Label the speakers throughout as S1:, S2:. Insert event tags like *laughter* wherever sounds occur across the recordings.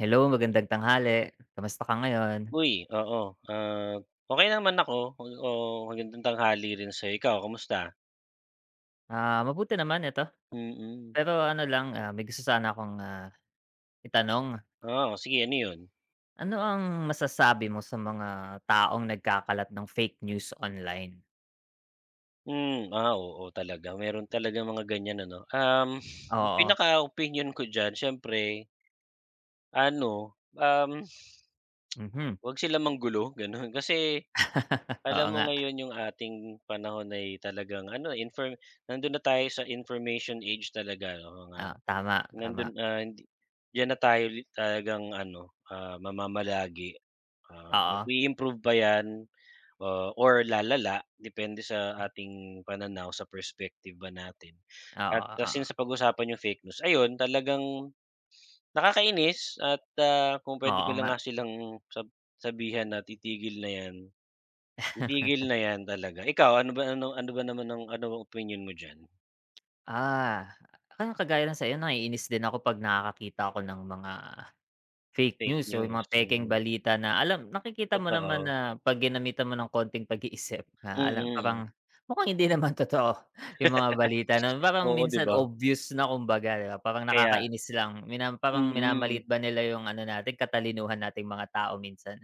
S1: Hello, magandang tanghali. Kamusta ka ngayon?
S2: Uy, oo, ah, okey naman ako. Oo, magandang tanghali rin sa'yo. Ikaw kamusta?
S1: Mabuti naman, eto.
S2: Mm,
S1: Pero ano lang, may gusto sana akong, itanong.
S2: oo, sige ano 'yun?
S1: Ano ang masasabi mo sa mga taong nagkakalat ng fake news online?
S2: Oo talaga meron talaga mga ganyan ano. *laughs* Yung
S1: Oo,
S2: pinaka-opinyon ko diyan siyempre ano,
S1: mhm.
S2: wag sila manggulo gano'n. *laughs* Kasi
S1: *laughs* Oo
S2: alam
S1: nga,
S2: mo ngayon yung ating panahon ay talagang ano, eh, nandun na tayo sa information age talaga ano, mga
S1: oo, tama, tama.
S2: nandun ah, hindi diyan na tayo talagang ano, mamamalagi.
S1: Oo,
S2: Mag-i-improve ba 'yan, or lalala depende sa ating pananaw, sa perspective ba natin.
S1: oo,
S2: At
S1: oo,
S2: since pag usapan yung fake news, ayun talagang nakakainis at, kung pwede
S1: oo
S2: ko lang
S1: nga.
S2: nga silang sabihan na titigil na 'yan talaga. Ikaw ano ba naman ang ang opinion mo diyan?
S1: Ah, Parang kagaya ng sa'yo, naiinis din ako 'pag nakakakita ako ng mga fake
S2: Fake
S1: news o yung
S2: news,
S1: mga pekeng
S2: mm,
S1: balita na alam nakikita mo naman
S2: totoo.
S1: na 'pag ginamitan mo ng konting pag-iisip na alam
S2: Mm,
S1: parang mukhang hindi naman *laughs* totoo yung mga balita na parang
S2: oo 'di
S1: minsan
S2: ba?
S1: obvious na kumbaga, 'di ba? Parang
S2: Kaya
S1: nakakainis lang mina parang
S2: mm,
S1: minamaliit ba nila yung ano natin katalinuhan nating mga tao minsan.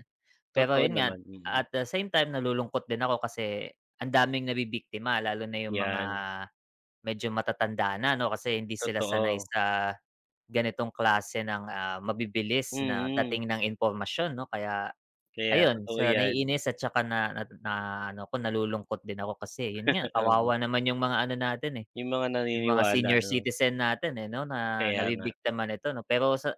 S1: Pero
S2: totoo
S1: yun nga,
S2: naman, mm,
S1: at the same time nalulungkot din ako kasi ang daming nabibiktima lalo na yung mga
S2: 'yan,
S1: medyo matatanda na 'no, kasi hindi sila sanay
S2: totoo.
S1: sa ganitong klase ng, mabibilis na
S2: Mm,
S1: dating ng impormasyon 'no kaya
S2: kaya
S1: ayun
S2: totoo
S1: sa
S2: 'yan,
S1: naiinis at saka na na na ano ko nalulungkot din ako kasi yun nga
S2: oo.
S1: kawawa naman yung mga ano natin, eh,
S2: Yung mga
S1: yung mga
S2: naniniwala
S1: senior
S2: 'no,
S1: citizen natin, eh, 'no na
S2: kaya nga.
S1: nabibiktima nito 'no. Pero sa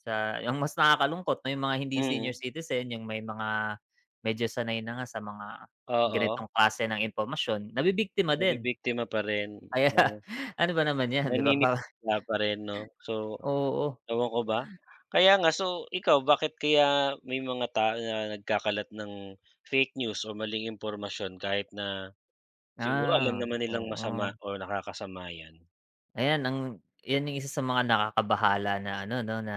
S1: sa yung mas nakakalungkot 'no yung mga hindi senior
S2: Mm,
S1: citizen, yung may mga medyo sanay na nga sa mga
S2: oo,
S1: ganitong klase ng impormasyon nabibiktima din.
S2: nabibiktima pa rin,
S1: Kaya
S2: oo,
S1: *laughs* ano ba naman 'yan 'di ba parang
S2: naniniwala pa rin 'no. So,
S1: oo,
S2: ewan ko ba? Kaya nga, so ikaw bakit kaya may mga tao na nagkakalat ng fake news o maling impormasyon kahit na siguro alam
S1: ah,
S2: naman nilang
S1: oo.
S2: masama o nakakasama 'yan?
S1: Ayan ang 'yan yung isa sa mga nakakabahala na ano 'no, na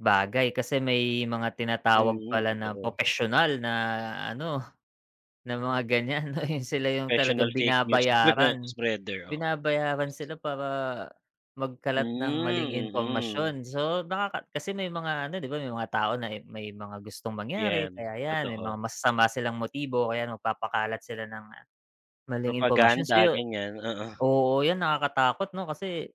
S1: bagay kasi may mga tinatawag
S2: Mm,
S1: pala na
S2: totoo.
S1: propesyonal na ano, na mga ganyan 'no, *laughs* yung sila yung talagang
S2: Professional fake news *laughs*
S1: binabayaran.
S2: spreader, oo.
S1: Binabayaran sila para magkalat ng maling
S2: Hmm, mm.
S1: impormasyon. So, nakaka kasi may mga ano 'di ba, may mga tao na, eh, may mga gustong mangyari
S2: Yan,
S1: kaya 'yan, may mga
S2: totoo.
S1: masasama silang motibo o kaya magpapakalat sila ng maling impormasyon. So
S2: Propaganda,
S1: yu
S2: ganyan, oo.
S1: oo, 'yan nakakatakot 'no, kasi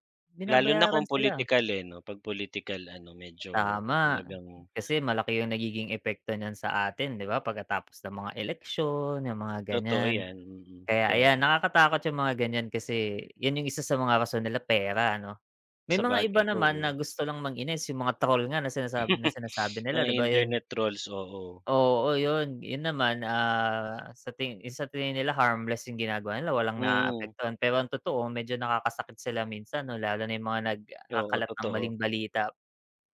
S2: Lalo na
S1: binabayaran
S2: kung
S1: sila.
S2: political, eh, 'no, 'pag political ano, medyo
S1: Tama,
S2: talagang
S1: kasi malaki yung nagiging epekto niyan sa atin 'di ba, pagkatapos ng mga eleksyon, yung mga
S2: totoo
S1: ganyan.
S2: yan, mm.
S1: Kaya
S2: Kaya
S1: ayan, nakakatakot yung mga ganyan kasi yun yung isa sa mga rason nila pera ano. May mga iba
S2: sabagay,
S1: naman
S2: oo.
S1: na gusto lang manginis, yung mga troll nga na sinasabi
S2: *laughs*
S1: nila
S2: Mga
S1: 'di ba, 'yun
S2: internet trolls, oo.
S1: oo, yun. Yun naman, sa ting yung sa tingin nila harmless yung ginagawa nila, walang
S2: Hmm,
S1: naaapektuhan. Pero ang totoo medyo nakakasakit sila minsan 'no, lalo na yung mga
S2: oo,
S1: nagkakalat ng maling
S2: totoo.
S1: balita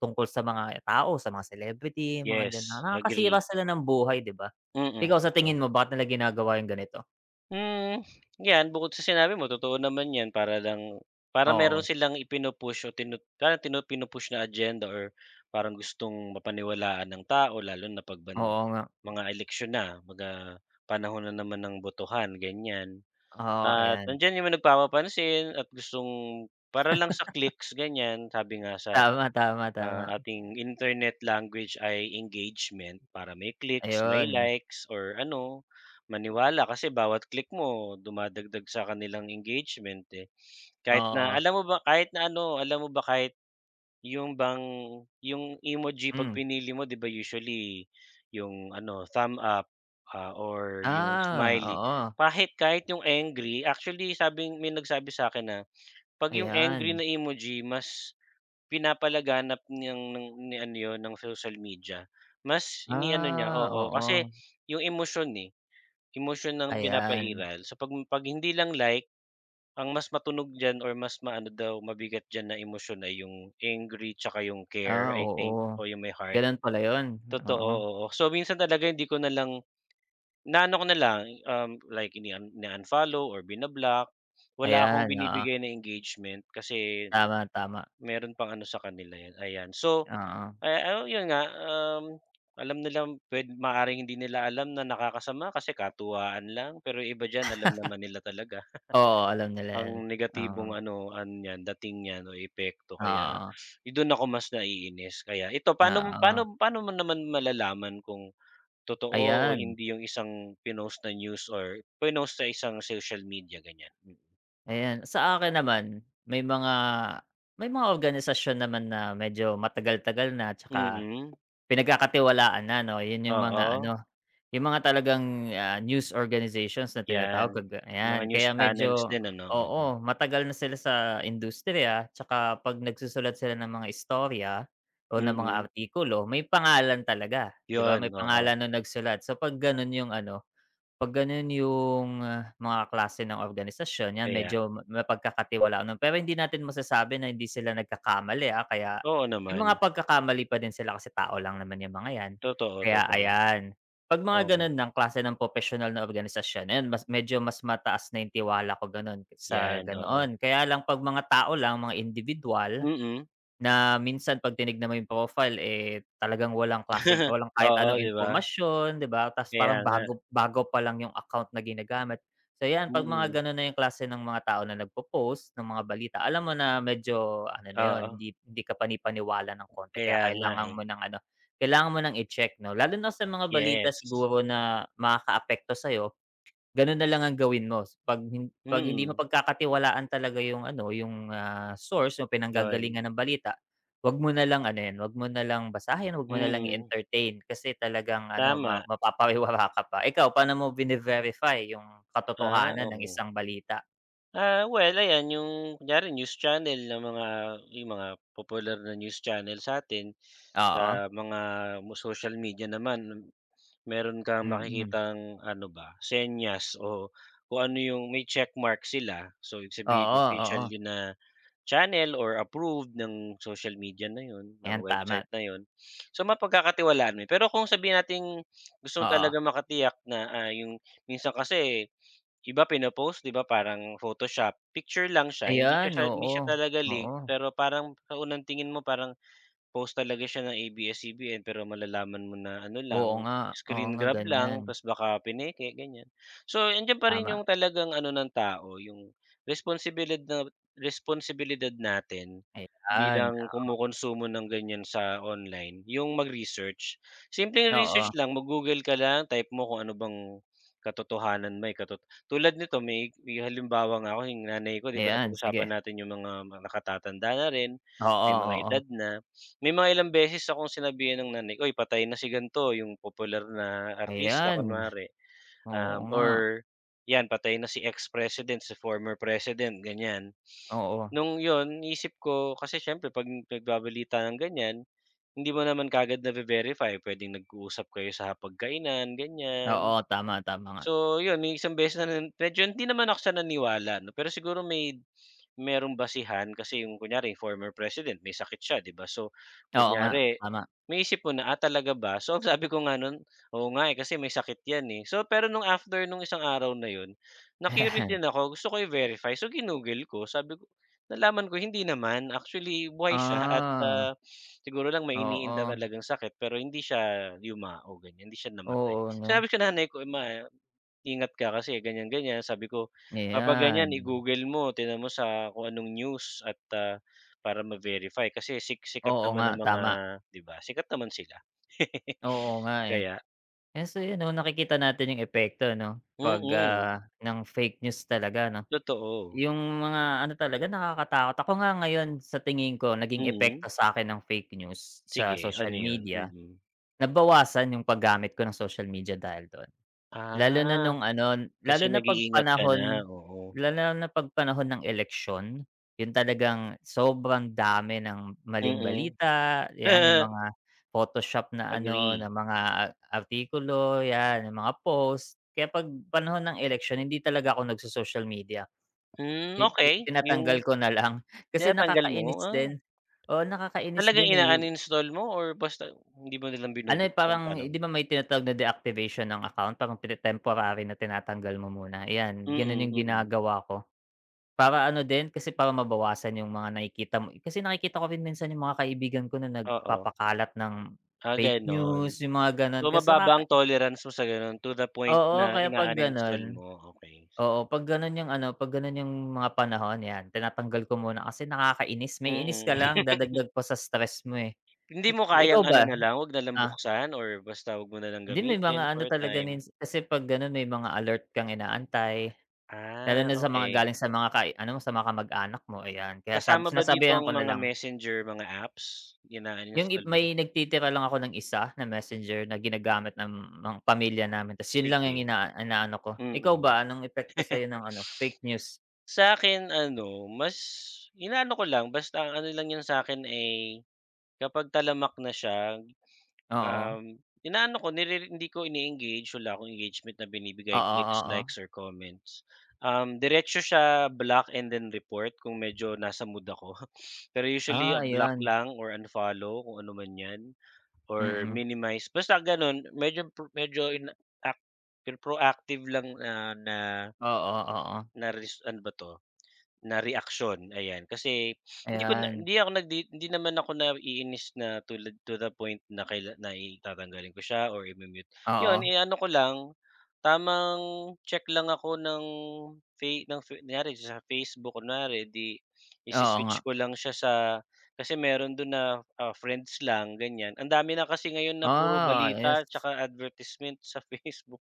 S1: tungkol sa mga tao, sa mga celebrity, mga diyan na
S2: Yes,
S1: nakakasira
S2: agree.
S1: sila ng buhay, 'di ba?
S2: Mm,
S1: Ikaw sa
S2: totoo.
S1: tingin mo bakit nila ginagawa yung ganito?
S2: Hmm, 'Yan bukod sa sinabi mo totoo naman 'yan para lang para meron
S1: Oo,
S2: silang ipinu-push o tinu parang tinu pinu-push na agenda or parang gustong mapaniwalaan ng tao lalo na 'pag
S1: oo nga.
S2: mga eleksyon na, mga panahon na naman ng botohan ganyan.
S1: Oo,
S2: At
S1: ayan.
S2: nandiyan yung mga nagpapapansin at gustong para lang sa clicks ganyan, sabi nga sa
S1: Tama, tama, tama.
S2: ating internet language ay engagement para may clicks, may
S1: Ayun,
S2: likes, or ano, maniwala kasi bawat click mo dumadagdag sa kanilang engagement eh. Kahit na
S1: oo.
S2: alam mo ba kahit na ano, alam mo ba kahit yung bang yung emoji pag
S1: Hmm.
S2: pinili mo 'di ba usually yung ano thumb up or yung smiley
S1: Oo,
S2: kahit kahit yung angry actually sabing may nagsabi sa akin na pag yung
S1: ayan.
S2: angry na emoji mas Pinapalaganap niyang ng ni ano 'yun ng social media, mas iniano niya oo,
S1: Oo,
S2: kasi yung emosyon, eh, emosyon ang
S1: ayan.
S2: pinapairal. So, 'pag hindi lang like, ang mas matunog diyan or mas maano daw mabigat diyan na emosyon ay yung angry tsaka yung care I think
S1: Oo.
S2: o yung may heart.
S1: Gano'n pala 'yun,
S2: Totoo,
S1: oo.
S2: oo. So, minsan talaga hindi ko na lang inaano ko na lang, like ini-unfollow or bina-block. Wala akong
S1: Ayan, oo.
S2: binibigay na engagement kasi
S1: Tama, tama,
S2: meron pang ano sa kanila 'yan, ayan. So
S1: oo.
S2: Oh, yun nga, alam nilang puwed maaaring hindi nila alam na nakakasama kasi katuwaan lang, pero yung iba diyan alam naman nila talaga
S1: Oo, alam nila
S2: ang
S1: 'yan. Oo,
S2: negatibong ano an niyan, dating niyan o epekto kaya
S1: oo,
S2: do'n ako mas naiinis. Kaya ito,
S1: oo.
S2: paano mo naman malalaman kung totoo o
S1: Ayan,
S2: hindi yung isang pinost na news or pinost sa isang social media, ganyan? Mm.
S1: ayan. Sa akin naman, may mga organisasyon naman na medyo matagal-tagal na tsaka
S2: Mm,
S1: pinagkakatiwalaan na 'no, 'yun yung mga
S2: oo,
S1: ano, yung mga talagang, news organizations na
S2: 'yan.
S1: tinatawag kag
S2: Mga
S1: ayan,
S2: news
S1: kaya
S2: channels
S1: medyo
S2: din ano, oo.
S1: oo, matagal na sila sa industriya, tsaka 'pag nagsusulat sila ng mga istorya o ng mga
S2: Mm,
S1: artikulo, may pangalan talaga, 'di ba,
S2: yun,
S1: may
S2: oo,
S1: pangalan nung nagsulat. So 'pag gano'n yung ano 'pag gano'n yung, mga klase ng organisasyon, 'yan
S2: kaya
S1: medyo ma mapagkakatiwalaan nun. Pero hindi natin masasabi na hindi sila nagkakamali, kaya
S2: Oo
S1: may mga
S2: naman.
S1: pagkakamali pa din sila kasi tao lang naman yung mga 'yan.
S2: Totoo,
S1: Kaya
S2: totoo.
S1: ayan, 'pag mga
S2: Oo,
S1: gano'n ng klase ng propesyonal na organisasyon, ayan mas medyo mas mataas na yung tiwala ko gano'n, sa
S2: 'yan, oo.
S1: ganoon. Kaya lang 'pag mga tao lang, mga indibidwal
S2: Mm.
S1: na minsan 'pag tinignan mo yung profile, eh, talagang walang klaseng
S2: *laughs*
S1: walang kahit
S2: Oo,
S1: anong
S2: 'di ba?
S1: impormasyon, 'di ba? Ta's
S2: Kaya
S1: parang
S2: nga.
S1: bago bago pa lang yung account na ginagamit. So 'yan, 'pag mga
S2: Mm.
S1: gano'n na yung klase ng mga tao na nagpo-post ng mga balita, alam mo na medyo ano na
S2: Oo,
S1: 'yun, hindi hindi ka panipaniwala ng konti kaya
S2: kaya nga,
S1: kailangan
S2: eh.
S1: mo ng ano, kailangan mo ng i-check 'no? Lalo na sa mga balita
S2: Yes.
S1: siguro na makakaapekto sa'yo gano'n na lang ang gawin mo 'pag 'pag hindi
S2: Mm,
S1: mapagkakatiwalaan talaga yung ano, yung, source o pinanggagalingan
S2: 'yun.
S1: ng balita, 'wag mo na lang ano 'yan, 'wag mo na lang basahin, 'wag mo na lang
S2: Mm,
S1: entertain kasi talagang ano ma
S2: tama.
S1: mapapariwara ka pa. Ikaw, paano mo vine-verify yung
S2: Ah,
S1: katotohanan ng
S2: oo.
S1: isang balita?
S2: Well ayan yung kunyari news channel ng mga yung mga popular na news channel sa sa'tin,
S1: Oo,
S2: sa mga mo social media naman Meron kang
S1: mm.
S2: makikitang ano ba, senyas o kung ano yung may checkmark sila. So, ibig sabihin
S1: Oo,
S2: official
S1: oo,
S2: yun na channel or approved ng social media na yun, ng
S1: ayan tama,
S2: website na yun. So, mapagkakatiwalaan mo yun. Pero kung sabihin natin gusto mo
S1: oo.
S2: talaga makatiyak na, yung minsan kasi iba pino-post 'di ba parang Photoshop, picture lang
S1: Ayan,
S2: siya hindi
S1: oo,
S2: siya talaga link
S1: oo.
S2: pero parang sa unang tingin mo parang Post talaga siya ng ABS-CBN pero malalaman mo na ano
S1: Oo
S2: lang,
S1: nga, oo
S2: screen
S1: nga,
S2: grab
S1: ganyan.
S2: lang tapos baka pineke ganyan. So, andiyan pa rin
S1: Tama,
S2: yung talagang ano ng tao yung responsibilid na responsibilidad natin
S1: ayan.
S2: bilang kumukonsumo ng ganyan sa online, yung mag-research. Simpleng
S1: Oo,
S2: research lang, mag-Google ka lang, type mo kung ano bang katotohanan may katot tulad nito may halimbawa nga ako yung nanay ko 'di ba
S1: ayan
S2: napag-usapan
S1: sige.
S2: natin yung mga nakatatanda na rin,
S1: Oo,
S2: may mga
S1: oo.
S2: edad na. May mga ilang beses akong sinabihan ng nanay ko, "Uy, patay na si gan'to, yung popular na artista
S1: Ayan,
S2: kunwari,
S1: oo nga.
S2: or 'yan patay na si ex-president, si former president," ganyan.
S1: Oo,
S2: Nung yon iniisip ko kasi siyempre 'pag nagbabalita ng ganyan, hindi mo naman kagad na verify puwedeng nag-uusap kayo sa hapagkainan,
S1: oo,
S2: ganyan.
S1: tama, tama nga.
S2: So 'yun, may isang beses na medyo hindi naman ako sa naniwala 'no, pero siguro may merong basihan kasi yung kunyari yung former president may sakit siya 'di ba? So,
S1: Oo nga,
S2: kunyari
S1: tama.
S2: maisip mo na, ah, talaga ba? So, *laughs* sabi ko nga nun, "Oo nga, eh, kasi may sakit 'yan, eh." So, pero nung after nung isang araw na yun, na-curious
S1: Ayan.
S2: din ako gusto ko i-verify so ginugol ko sabi ko nalaman ko hindi naman actually buhay siya *laughs* at,
S1: Ah,
S2: siguro lang may
S1: oo.
S2: iniinda talagang sakit pero hindi siya yumao ganyan, hindi siya namatay.
S1: Oo 'no,
S2: Sinabi ko nanay ko Ingat ka kasi ganyan, ganyan. Sabi ko, kapag
S1: ayan.
S2: ganyan i-Google mo, tingnan mo sa kung anong news at, para ma-verify kasi sikat
S1: Oo
S2: naman
S1: nga,
S2: ang mga
S1: tama.
S2: 'di ba, sikat naman sila. *laughs*
S1: Oo nga, eh.
S2: Kaya
S1: Yan, so yun ano, nakikita natin yung epekto 'no, 'pag,
S2: mm,
S1: ng fake news talaga 'no.
S2: totoo.
S1: Yung mga ano talaga, nakakatakot. Ako nga ngayon sa tingin ko, naging
S2: Mm.
S1: epekto sa akin ng fake news sa
S2: Sige,
S1: social
S2: ano 'yun?
S1: media,
S2: Mm.
S1: nabawasan yung paggamit ko ng social media dahil doon. Lalo na
S2: Ah,
S1: nung ano,
S2: kasi
S1: lalo na 'pag
S2: nag-iingat ka na,
S1: panahon
S2: oo.
S1: lalo na 'pag panahon ng eleksyon, yun talagang sobrang dami ng maling
S2: Mm.
S1: balita, 'yan yung
S2: *laughs*
S1: mga photoshop na ano, na
S2: Agree.
S1: mga artikulo, 'yan, yung mga post. Kaya 'pag panahon ng eleksyon hindi talaga ako nagso-social media,
S2: Hmm,
S1: ti ti
S2: okay
S1: tinatanggal
S2: Yung
S1: ko na lang *laughs* kasi
S2: tinatanggal mo,
S1: nakakainis din. Oo, nakakainis din,
S2: talagang
S1: eh.
S2: ina-uninstall mo or basta hindi mo na lang
S1: Ano, eh,
S2: binubuksan,
S1: parang
S2: paano?
S1: eh, 'di ba may tinatawag na deactivation ng account parang pine temporary na tinatanggal mo muna, ayan gano'n
S2: Mm,
S1: yung
S2: mm.
S1: ginagawa ko. Para ano din kasi para mabawasan yung mga nakikita mo kasi nakikita ko rin minsan yung mga kaibigan ko na
S2: Oo,
S1: nagpapakalat ng
S2: ah,
S1: fake
S2: gano'n.
S1: news, yung mga
S2: So,
S1: gano'n kasi
S2: mababa
S1: nakaka
S2: ang tolerance mo sa gano'n to the point
S1: oo,
S2: na
S1: kaya 'pag gano'n
S2: ina-uninstall mo, okay. Sige.
S1: oo, 'pag gano'n yung ano, 'pag gano'n yung mga panahon 'yan tinatanggal ko muna kasi nakakainis, may inis ka lang
S2: Mm. *laughs*
S1: dadagdag pa sa stress mo, eh.
S2: Hindi mo
S1: Ikaw
S2: kayang ano
S1: ba?
S2: na lang, 'wag na lang
S1: Ah.
S2: buksan or basta 'wag mo na lang
S1: Hindi, may
S2: gamitin
S1: mga
S2: for
S1: ano
S2: a
S1: talaga
S2: time?
S1: mins kasi 'pag gano'n may mga alert kang inaantay, lalo
S2: Ah,
S1: na sa mga
S2: okay.
S1: galing sa mga kay ano sa mga kamag-anak mo, ayan. Kaya
S2: Kasama ba dito
S1: sinasabihan
S2: ang
S1: ko na
S2: mga
S1: lang,
S2: messenger, mga apps?
S1: yung ip
S2: Ina-uninstall mo rin?
S1: may nagtitira lang ako ng isa na messenger na ginagamit ng pamilya namin ta's yun lang yung
S2: Sige,
S1: inaano ko. Ikaw
S2: mm.
S1: ba, anong epekto sa'yo
S2: *laughs*
S1: ng ano, fake news?
S2: Sa akin ano, mas inaano ko lang, basta ang ano lang 'yun sa akin ay kapag talamak na siya
S1: Oo.
S2: Um, inaano ko hindi ko ini-engage, wala akong engagement na binibigay,
S1: Oo,
S2: clicks,
S1: oo.
S2: likes, or comments. Diretso siya block and then report kung medyo nasa mood ako. *laughs* Pero usually, block
S1: Ayun.
S2: lang or unfollow kung ano man 'yan or
S1: Mm.
S2: minimize. Basta gano'n medyo pro medyo in- act proactive lang na na
S1: Oo, oo.
S2: na res ano ba 'to, na reaksyon, ayan. Kasi hindi ko na
S1: Ayan.
S2: hindi ako hindi naman ako naiinis na tulad to the point na kaila na i tatanggalin ko siya or i mute 'Yun,
S1: Oo.
S2: eh ano ko lang, tamang check lang ako ng Fey ng Fe kunyari sa Facebook kunwari, eh di
S1: Oo nga.
S2: isi-switch ko lang siya sa kasi meron dun na, friends lang ganyan. Ang dami na kasi ngayon na puro
S1: Ah, ayos.
S2: balita tsaka advertisement sa *laughs* Facebook.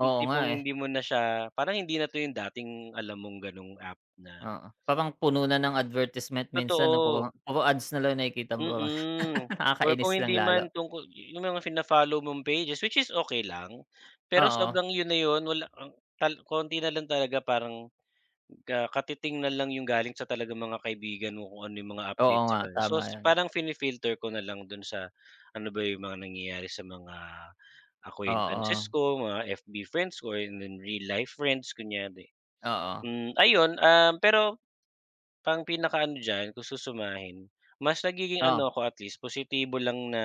S2: Yung
S1: Oo nga,
S2: tipong
S1: eh.
S2: hindi mo na siya parang hindi na 'to yung dating alam mong gano'ng app. Na
S1: Oo, parang puno na ng advertisement minsan 'no, puro
S2: Totoo,
S1: puro ads na lang nakikita mo, parang
S2: mm.
S1: *laughs*
S2: Or kung
S1: nakakainis lang
S2: hindi
S1: lalo.
S2: man tungkol yung mga fina-follow mong pages which is okey lang, pero
S1: Oo,
S2: sobrang yun na yun wala ang konti na lang talaga parang katiting na lang yung galing sa talagang mga kaibigan mo kung ano yung mga
S1: oo
S2: update sa
S1: nga,
S2: kanila. So,
S1: tama 'yun.
S2: parang fini-filter ko na lang dun sa ano ba yung mga nangyayari sa mga acquaintances
S1: Oo,
S2: ko, mga FB friends ko and then real life friends kunyari.
S1: oo,
S2: Ayun, pero Ang pinakaano diyan kung susumahin, mas nagiging ano
S1: oh,
S2: ako at least positibo lang na,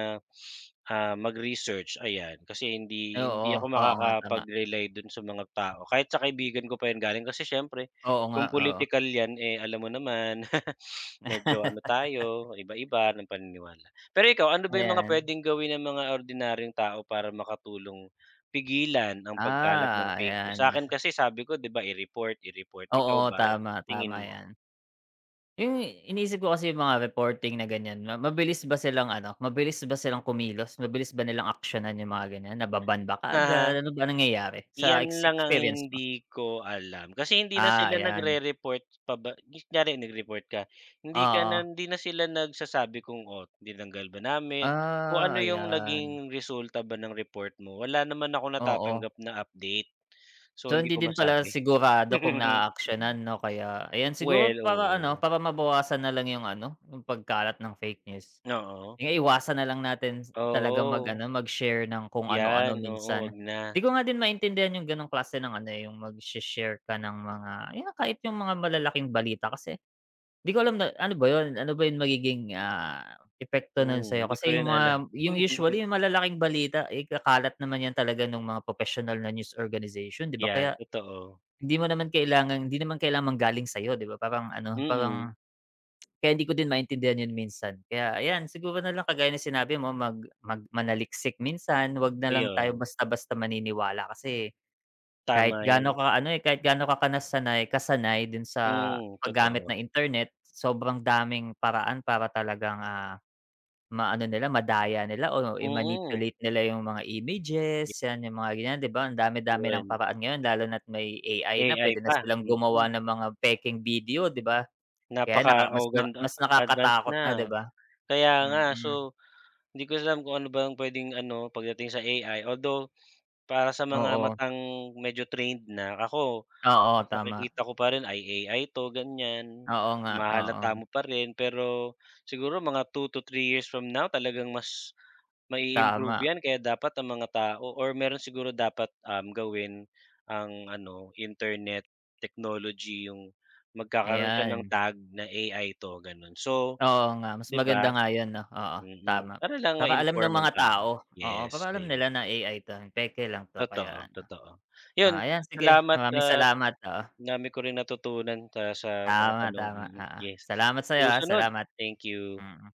S2: mag-research ayan. Kasi hindi hindi
S1: oo,
S2: ako
S1: oo nga, tama.
S2: makakapag-rely dun sa mga tao kahit sa kaibigan ko pa yun galing kasi siyempre
S1: Oo nga,
S2: kung
S1: oo.
S2: political yan, eh, alam mo naman *laughs* medyo ano
S1: *laughs*
S2: tayo iba-iba ng paniniwala. Pero ikaw ano ba yung mga
S1: Ayan,
S2: puwedeng gawin ng mga ordinaryong tao para makatulong pigilan ang pagkalat ng fake news?
S1: ayan.
S2: Sa'kin kasi sabi ko 'di ba i-report,
S1: Oo,
S2: ikaw ba
S1: tama,
S2: sa
S1: tama
S2: tingin mo?
S1: 'yan. 'Yung iniisip ko kasi 'yung mga reporting na ganiyan, ma mabilis ba silang ano, mabilis ba silang kumilos, mabilis ba nilang aksiyunan 'yung mga ganiyan, nababan ba kaagad,
S2: *laughs*
S1: ano ba nangyayari sa
S2: Iyan lang ang
S1: experience mo?
S2: hindi ko alam, kasi hindi na sila
S1: Ayan.
S2: nagre-report pa ba kunyari nag-report ka,
S1: Oo.
S2: hindi na sila nagsasabi kung, "Oh, tinanggal ba namin?" Kung
S1: Ah,
S2: ano yung
S1: ayan,
S2: naging resulta ba ng report mo, wala naman akong
S1: oo.
S2: natatanggap na update.
S1: So,
S2: So, hindi
S1: hindi
S2: ko
S1: din pala
S2: masabi.
S1: sigurado kung
S2: *laughs*
S1: naaaksiyuhan 'no, kaya ayan siguro
S2: Well,
S1: para ano,
S2: oo.
S1: para mabawasan na lang yung ano, yung pagkalat ng fake news.
S2: Oo.
S1: Kaya iwasan na lang natin talaga
S2: Oo.
S1: mag-ano, mag-share ng kung
S2: 'Yan,
S1: ano-ano
S2: oo, 'wag
S1: minsan.
S2: na.
S1: 'Di ko nga din maintindihan yung gano'ng klase ng ano, eh, yung magshe-share ka ng mga yun, kahit yung mga malalaking balita kasi di ko alam na ano ba yun, ano ba yung magiging, epekto nun
S2: Mm,
S1: sa'yo
S2: hindi ko
S1: kasi
S2: rin alam.
S1: yung
S2: *laughs*
S1: usually yung malalaking balita, eh, kakalat naman yan talaga nung mga propesyonal na news organization, di ba?
S2: 'Yan,
S1: Kaya
S2: totoo.
S1: hindi naman kailangang manggaling sa'yo, di ba? Parang ano, parang
S2: Mm,
S1: kaya hindi ko din maintindihan yun minsan. Kaya ayan, siguro na lang kagaya ng sinabi mo mag mag manaliksik minsan, 'wag na lang tayo
S2: ayun.
S1: basta-basta maniniwala kasi
S2: Tama yun.
S1: kahit gaano ka kasanay dun sa
S2: Hmm,
S1: paggamit
S2: totoo.
S1: ng internet, sobrang daming paraan para talagang, maano nila, madaya nila o
S2: Mm,
S1: i-manipulate nila yung mga
S2: yun
S1: images, 'yan yung mga ganyan, 'di ba? Ang dami-dami ng
S2: yun,
S1: paraan ngayon lalo na't may AI na
S2: AI
S1: puwede na
S2: pa,
S1: silang
S2: mm.
S1: gumawa ng mga pekeng video, 'di ba? Kaya
S2: Napaka
S1: naka
S2: o
S1: mas na
S2: ganda
S1: mas
S2: advance
S1: nakakatakot
S2: na.
S1: na, 'di ba?
S2: Kaya nga,
S1: Mm.
S2: so hindi ko alam kung ano ba ang puwedeng ano pagdating sa AI, although para sa mga
S1: Oo.
S2: matang medyo trained na, ako
S1: Oo,
S2: mas
S1: tama.
S2: nakikita ko pa rin ay AI 'to ganyan,
S1: Oo nga,
S2: mahahalata
S1: oo.
S2: mo pa rin pero siguro mga 2 to 3 years from now talagang mas Mai-improve
S1: Tama,
S2: 'yan kaya dapat ang mga tao or meron siguro dapat, gawin ang ano, internet technology yung magkakaroon siya ng
S1: ayan.
S2: tag na AI 'to, gano'n. So,
S1: Oo nga, mas
S2: 'di
S1: maganda
S2: ba?
S1: nga 'yun 'no, oo,
S2: Mm,
S1: tama.
S2: para lang
S1: Para alam ng
S2: ma-inform ang
S1: mga
S2: tao.
S1: tao, oo,
S2: Yes,
S1: para alam
S2: ayun.
S1: nila na AI 'to, peke lang 'to
S2: Totoo,
S1: kaya ano.
S2: totoo. 'Yun,
S1: Oo, ayan sige,
S2: salamat
S1: maraming
S2: at
S1: salamat, oo.
S2: dami ko rin natutunan sa mga
S1: Tama,
S2: tanong,
S1: tama,
S2: mm,
S1: oo.
S2: yes.
S1: Salamat sa'yo, ah,
S2: Susunod,
S1: salamat,
S2: thank you.
S1: mm.